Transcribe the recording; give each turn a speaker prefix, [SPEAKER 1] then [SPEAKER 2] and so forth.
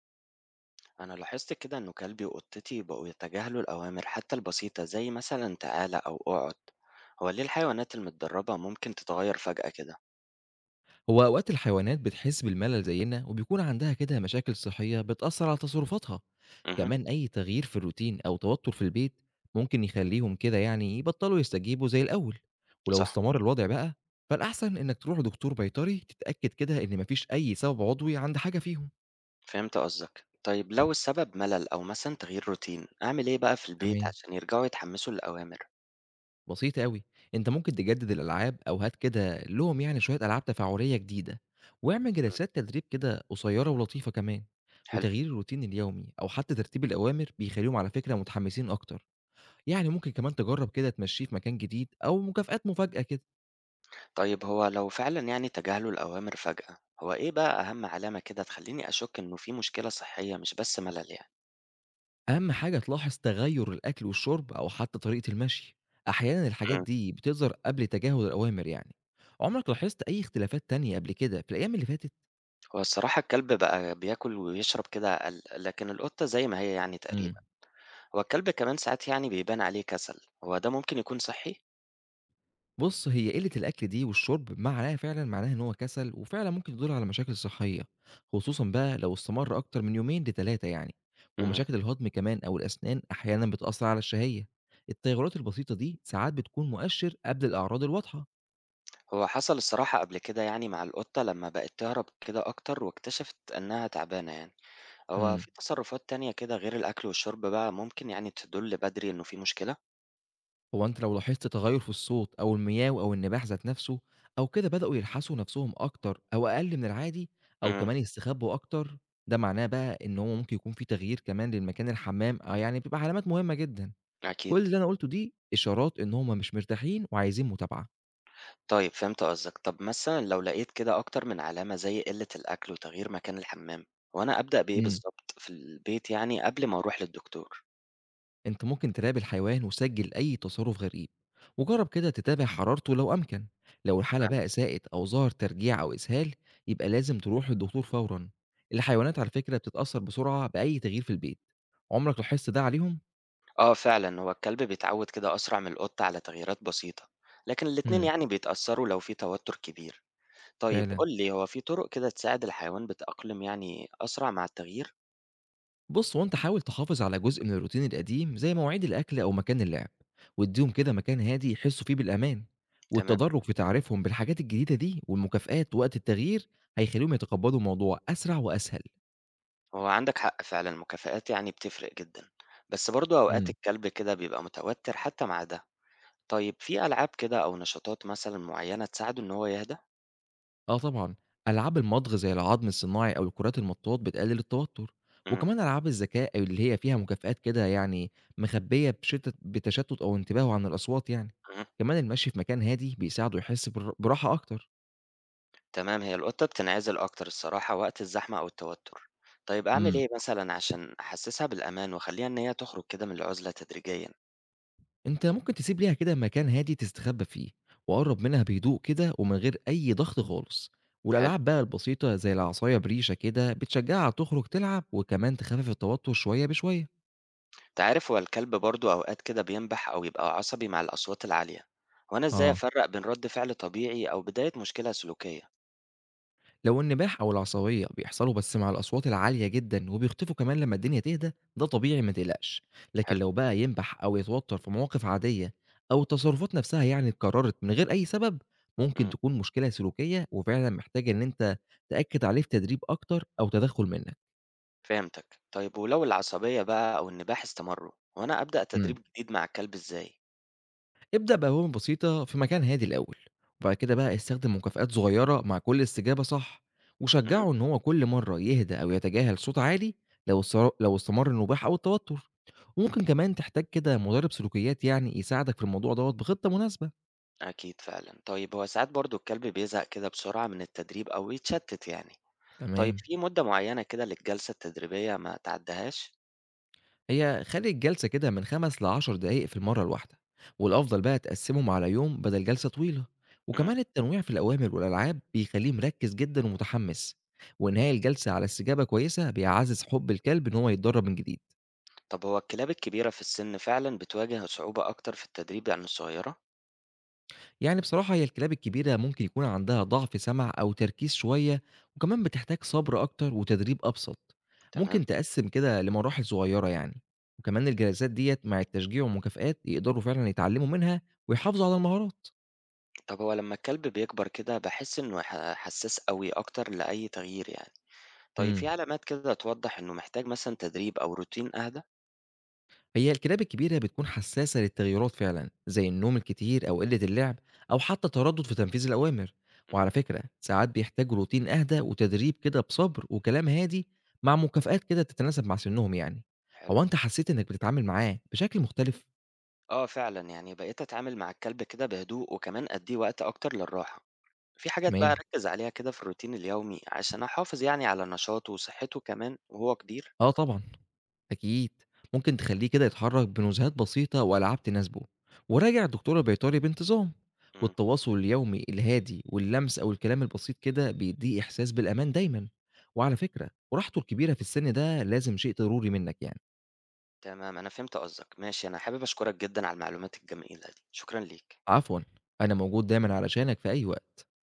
[SPEAKER 1] أنا لاحظت كده إنه كلبي وقطتي بقوا يتجاهلوا الأوامر حتى البسيطة زي مثلا تعالى أو اقعد. هو ليه الحيوانات المتدربة ممكن تتغير فجأة كده؟
[SPEAKER 2] هو اوقات الحيوانات بتحس بالملل زينا وبيكون عندها كده مشاكل صحيه بتاثر على تصرفاتها.
[SPEAKER 1] امم.
[SPEAKER 2] كمان اي تغيير في الروتين او توتر في البيت ممكن يخليهم كده يعني يبطلوا يستجيبوا زي الاول. ولو
[SPEAKER 1] صح.
[SPEAKER 2] استمر الوضع بقى فالاحسن انك تروح لدكتور بيطري تتاكد كده ان مفيش اي سبب عضوي عند حاجه فيهم.
[SPEAKER 1] فهمت قصدك. طيب لو السبب ملل أو مثلا تغيير روتين أعمل إيه بقى في البيت
[SPEAKER 2] تمام.
[SPEAKER 1] عشان يرجعوا يتحمسوا للأوامر؟
[SPEAKER 2] بسيطة أوي، أنت ممكن تجدد الألعاب أو هات كده لهم يعني شوية ألعاب تفاعلية جديدة، واعمل
[SPEAKER 1] مم،
[SPEAKER 2] جلسات تدريب كده قصيرة ولطيفة كمان،
[SPEAKER 1] حلو.
[SPEAKER 2] وتغيير الروتين اليومي أو حتى ترتيب الأوامر بيخليهم على فكرة متحمسين أكتر، يعني ممكن كمان تجرب كده تمشيه في مكان جديد أو مكافآت مفاجأة كده،
[SPEAKER 1] طيب هو لو فعلا يعني تجاهلوا الأوامر فجأة هو إيه بقى أهم علامة كده تخليني أشك إنه في مشكلة صحية مش بس ملل
[SPEAKER 2] أهم حاجة تلاحظ تغير الأكل والشرب أو حتى طريقة المشي، أحيانا الحاجات
[SPEAKER 1] يعني؟
[SPEAKER 2] دي بتظهر قبل تجاهل الأوامر يعني، عمرك لاحظت أي اختلافات تانية قبل كده في الأيام اللي فاتت؟
[SPEAKER 1] هو الصراحة الكلب بقى بياكل ويشرب كده أقل، لكن القطة زي ما هي يعني
[SPEAKER 2] إمم.
[SPEAKER 1] تقريبا، هو الكلب كمان ساعات يعني بيبان عليه كسل، هو ده ممكن يكون صحي؟
[SPEAKER 2] بُص، هي قِلّة الأكل دي والشُرب معناها فعلًا معناها إن هو كَسَل وفعلًا ممكن تدُل على مشاكل صحّية، خصوصًا بقى لو استمر أكتر من يومين ل3 يعني،
[SPEAKER 1] امم.
[SPEAKER 2] ومشاكل الهضم كمان أو الأسنان أحيانًا بتأثّر على الشهيّة. التغيُّرات البسيطة دي ساعات بتكون مؤشِّر قبل الأعراض الواضحة.
[SPEAKER 1] هو حصل الصراحة قبل كده يعني مع القطة لما بقت تهرب كده أكتر واكتشفت إنها تعبانة يعني، هو
[SPEAKER 2] إمم.
[SPEAKER 1] في تصرفات تانية كده غير الأكل والشرب بقى ممكن يعني تدل بدري إنه في مشكلة؟
[SPEAKER 2] هو أنت لو لاحظت تغيُّر في الصوت أو المِيَاو أو النباح ذات نَفْسه أو كده بدأوا يلحسوا نَفْسهم أكتر أو أقل من العادي أو
[SPEAKER 1] امم.
[SPEAKER 2] كمان يستخبّوا أكتر، ده معناه بقى إن هو ممكن يكون في تغيير كمان للمكان الحمّام، آه، يعني بتبقى علامات مهمة جدًا.
[SPEAKER 1] أكيد.
[SPEAKER 2] كل اللي أنا قُلته دي إشارات إن هم مش مرتاحين وعايزين متابعة.
[SPEAKER 1] طيب فهمت قصدك. طب مثلًا لو لقيت كده أكتر من علامة زي قِلّة الأكل وتغيير مكان الحمام، هو أنا أبدأ بإيه
[SPEAKER 2] إمم.
[SPEAKER 1] بالضبط في البيت يعني قبل ما أروح للدكتور؟
[SPEAKER 2] أنت ممكن تراقب الحيوان وسجّل أي تصرُّف غريب، وجرّب كده تتابع حرارته لو أمكن، لو الحالة بقى ساءت أو ظهر ترجيع أو إسهال يبقى لازم تروح للدكتور فورًا. الحيوانات على فكرة بتتأثّر بسرعة بأي تغيير في البيت، عُمرك لاحظت ده عليهم؟
[SPEAKER 1] آه فعلًا، هو الكلب بيتعوّد كده أسرع من القطة على تغييرات بسيطة، لكن الاتنين
[SPEAKER 2] إمم.
[SPEAKER 1] يعني بيتأثّروا لو في توتر كبير. طيب
[SPEAKER 2] فعلًا.
[SPEAKER 1] قُل لي هو في طرق كده تساعد الحيوان بيتأقلم يعني أسرع مع التغيير؟
[SPEAKER 2] بص هو انت حاول تحافظ على جزء من الروتين القديم زي مواعيد الاكل او مكان اللعب واديهم كده مكان هادي يحسوا فيه بالامان
[SPEAKER 1] تمام،
[SPEAKER 2] والتدرج في تعريفهم بالحاجات الجديده دي والمكافآت وقت التغيير هيخليهم يتقبلوا الموضوع اسرع واسهل.
[SPEAKER 1] هو عندك حق فعلًا، المكافآت يعني بتفرق جدًا، بس برضه أوقات
[SPEAKER 2] امم
[SPEAKER 1] الكلب كده بيبقى متوتر حتى مع ده. طيب في ألعاب كده أو نشاطات مثلًا معيّنة تساعده إن هو يهدى؟
[SPEAKER 2] اه طبعا. العاب المضغ زي العظم الصناعي او الكرات المطاط بتقلل التوتر
[SPEAKER 1] إمم،
[SPEAKER 2] وكمان العاب الذكاء أو اللي هي فيها مكافآت كده يعني مخبيه بتشتت او انتباهه عن الاصوات يعني.
[SPEAKER 1] اهم،
[SPEAKER 2] كمان المشي في مكان هادي بيساعده يحس براحه اكتر.
[SPEAKER 1] تمام، هي القطة بتنعزل أكتر الصراحة وقت الزحمة أو التوتر. طيب أعمل إيه مثلًا عشان أحسسها بالأمان وأخلّيها إن هي تخرج كده من العزلة تدريجيًا؟
[SPEAKER 2] أنت ممكن تسيب ليها كده مكان هادي تستخبى فيه وقرب منها بهدوء كده ومن غير أي ضغط خالص.
[SPEAKER 1] حلو،
[SPEAKER 2] والألعاب بقى البسيطة زي العصاية بريشة كده بتشجعها تخرج تلعب وكمان تخفف التوتر شوية بشوية.
[SPEAKER 1] أنت عارف هو الكلب برضه أوقات كده بينبح أو يبقى عصبي مع الأصوات العالية، هو أنا إزاي
[SPEAKER 2] اه،
[SPEAKER 1] أفرّق بين رد فعل طبيعي أو بداية مشكلة سلوكية؟
[SPEAKER 2] لو النباح أو العصافير بيحصلوا بس مع الأصوات العالية جدا وبيختفوا كمان لما الدنيا تهدى ده طبيعي ما تقلقش. لكن
[SPEAKER 1] حلو،
[SPEAKER 2] لو بقى ينبح أو يتوتر في مواقف عادية أو التصرفات نفسها يعني اتكررت من غير أي سبب ممكن
[SPEAKER 1] إمم،
[SPEAKER 2] تكون مشكلة سلوكية وفعلا محتاجة إن أنت تأكد عليه في تدريب أكتر أو تدخل منك.
[SPEAKER 1] فهمتك. طيب ولو العصبية بقى أو النباح استمروا، هو أنا أبدأ
[SPEAKER 2] إمم.
[SPEAKER 1] تدريب جديد مع الكلب إزاي؟
[SPEAKER 2] ابدأ بأوامر بسيطة في مكان هادي الأول وبعد كده بقى استخدم مكافآت صغيرة مع كل استجابة صح
[SPEAKER 1] اهم.
[SPEAKER 2] وشجعه إن هو كل مرة يهدى أو يتجاهل صوت عالي. لو استمر النباح أو التوتر وممكن كمان تحتاج كده مدرب سلوكيات يعني يساعدك في الموضوع دوت بخطة مناسبة.
[SPEAKER 1] أكيد فعلًا. طيب هو ساعات برضه الكلب بيزهق كده بسرعة من التدريب أو يتشتت يعني. طيب
[SPEAKER 2] تمام.
[SPEAKER 1] في مدة معيّنة كده للجلسة التدريبية ما تعدّيهاش؟
[SPEAKER 2] هي خلي الجلسة كده من 5 ل10 دقايق في المرة الواحدة، والأفضل بقى تقسّمهم على يوم بدل جلسة طويلة،
[SPEAKER 1] إمم.
[SPEAKER 2] وكمان التنويع في الأوامر والألعاب بيخليه مركّز جدًا ومتحمّس، وإنهاء الجلسة على استجابة كويسة بيعزّز حُب الكلب إن هو يتدرّب من جديد،
[SPEAKER 1] طب هو الكلاب الكبيرة في السِن فعلًا بتواجه صعوبة أكتر في التدريب عن الصغيرة؟
[SPEAKER 2] يعني بصراحة هي الكلاب الكبيرة ممكن يكون عندها ضعف سمع أو تركيز شوية، وكمان بتحتاج صبر أكتر وتدريب أبسط،
[SPEAKER 1] تمام.
[SPEAKER 2] ممكن تقسّم كده لمراحل صغيّرة يعني، وكمان الجلسات ديّة مع التشجيع والمكافآت يقدروا فعلًا يتعلّموا منها ويحافظوا على المهارات.
[SPEAKER 1] طب هو لمّا الكلب بيكبر كده باحس إنه حسّاس أوي أكتر لأي تغيير يعني. طيب
[SPEAKER 2] امم
[SPEAKER 1] في علامات كده توضّح إنه محتاج مثلًا تدريب أو روتين أهدى؟
[SPEAKER 2] هي الكلاب الكبيرة بتكون حساسة للتغيرات فعلا زي النوم الكتير أو قلة اللعب أو حتى تردد في تنفيذ الأوامر.
[SPEAKER 1] إمم.
[SPEAKER 2] وعلى فكرة ساعات بيحتاجوا روتين أهدى وتدريب كده بصبر وكلام هادي مع مكافآت كده تتناسب مع سنهم يعني.
[SPEAKER 1] حلو.
[SPEAKER 2] هو أنت حسيت إنك بتتعامل معاه بشكل مختلف؟
[SPEAKER 1] آه فعلًا. يعني بقيت أتعامل مع الكلب كده بهدوء وكمان أدّيه وقت أكتر للراحة. في حاجات بقى
[SPEAKER 2] تمام.
[SPEAKER 1] أركّز عليها كده في الروتين اليومي عشان أحافظ يعني على نشاطه وصحته كمان وهو كبير؟
[SPEAKER 2] آه طبعًا، أكيد. ممكن تخلّيه كده يتحرّك بنزهات بسيطة وألعاب تناسبه، وراجع الدكتور البيطري بانتظام،
[SPEAKER 1] إمم،
[SPEAKER 2] والتواصل اليومي الهادي واللمس أو الكلام البسيط كده بيدّيه إحساس بالأمان دايمًا. وعلى فكرة راحته الكبيرة في السن ده لازم شيء ضروري منّك يعني.
[SPEAKER 1] تمام أنا فهمت قصدك، ماشي أنا حابب أشكرك جدًا على المعلومات الجميلة دي، شكرًا ليك.
[SPEAKER 2] عفوًا، أنا موجود دايمًا علشانك في أي وقت.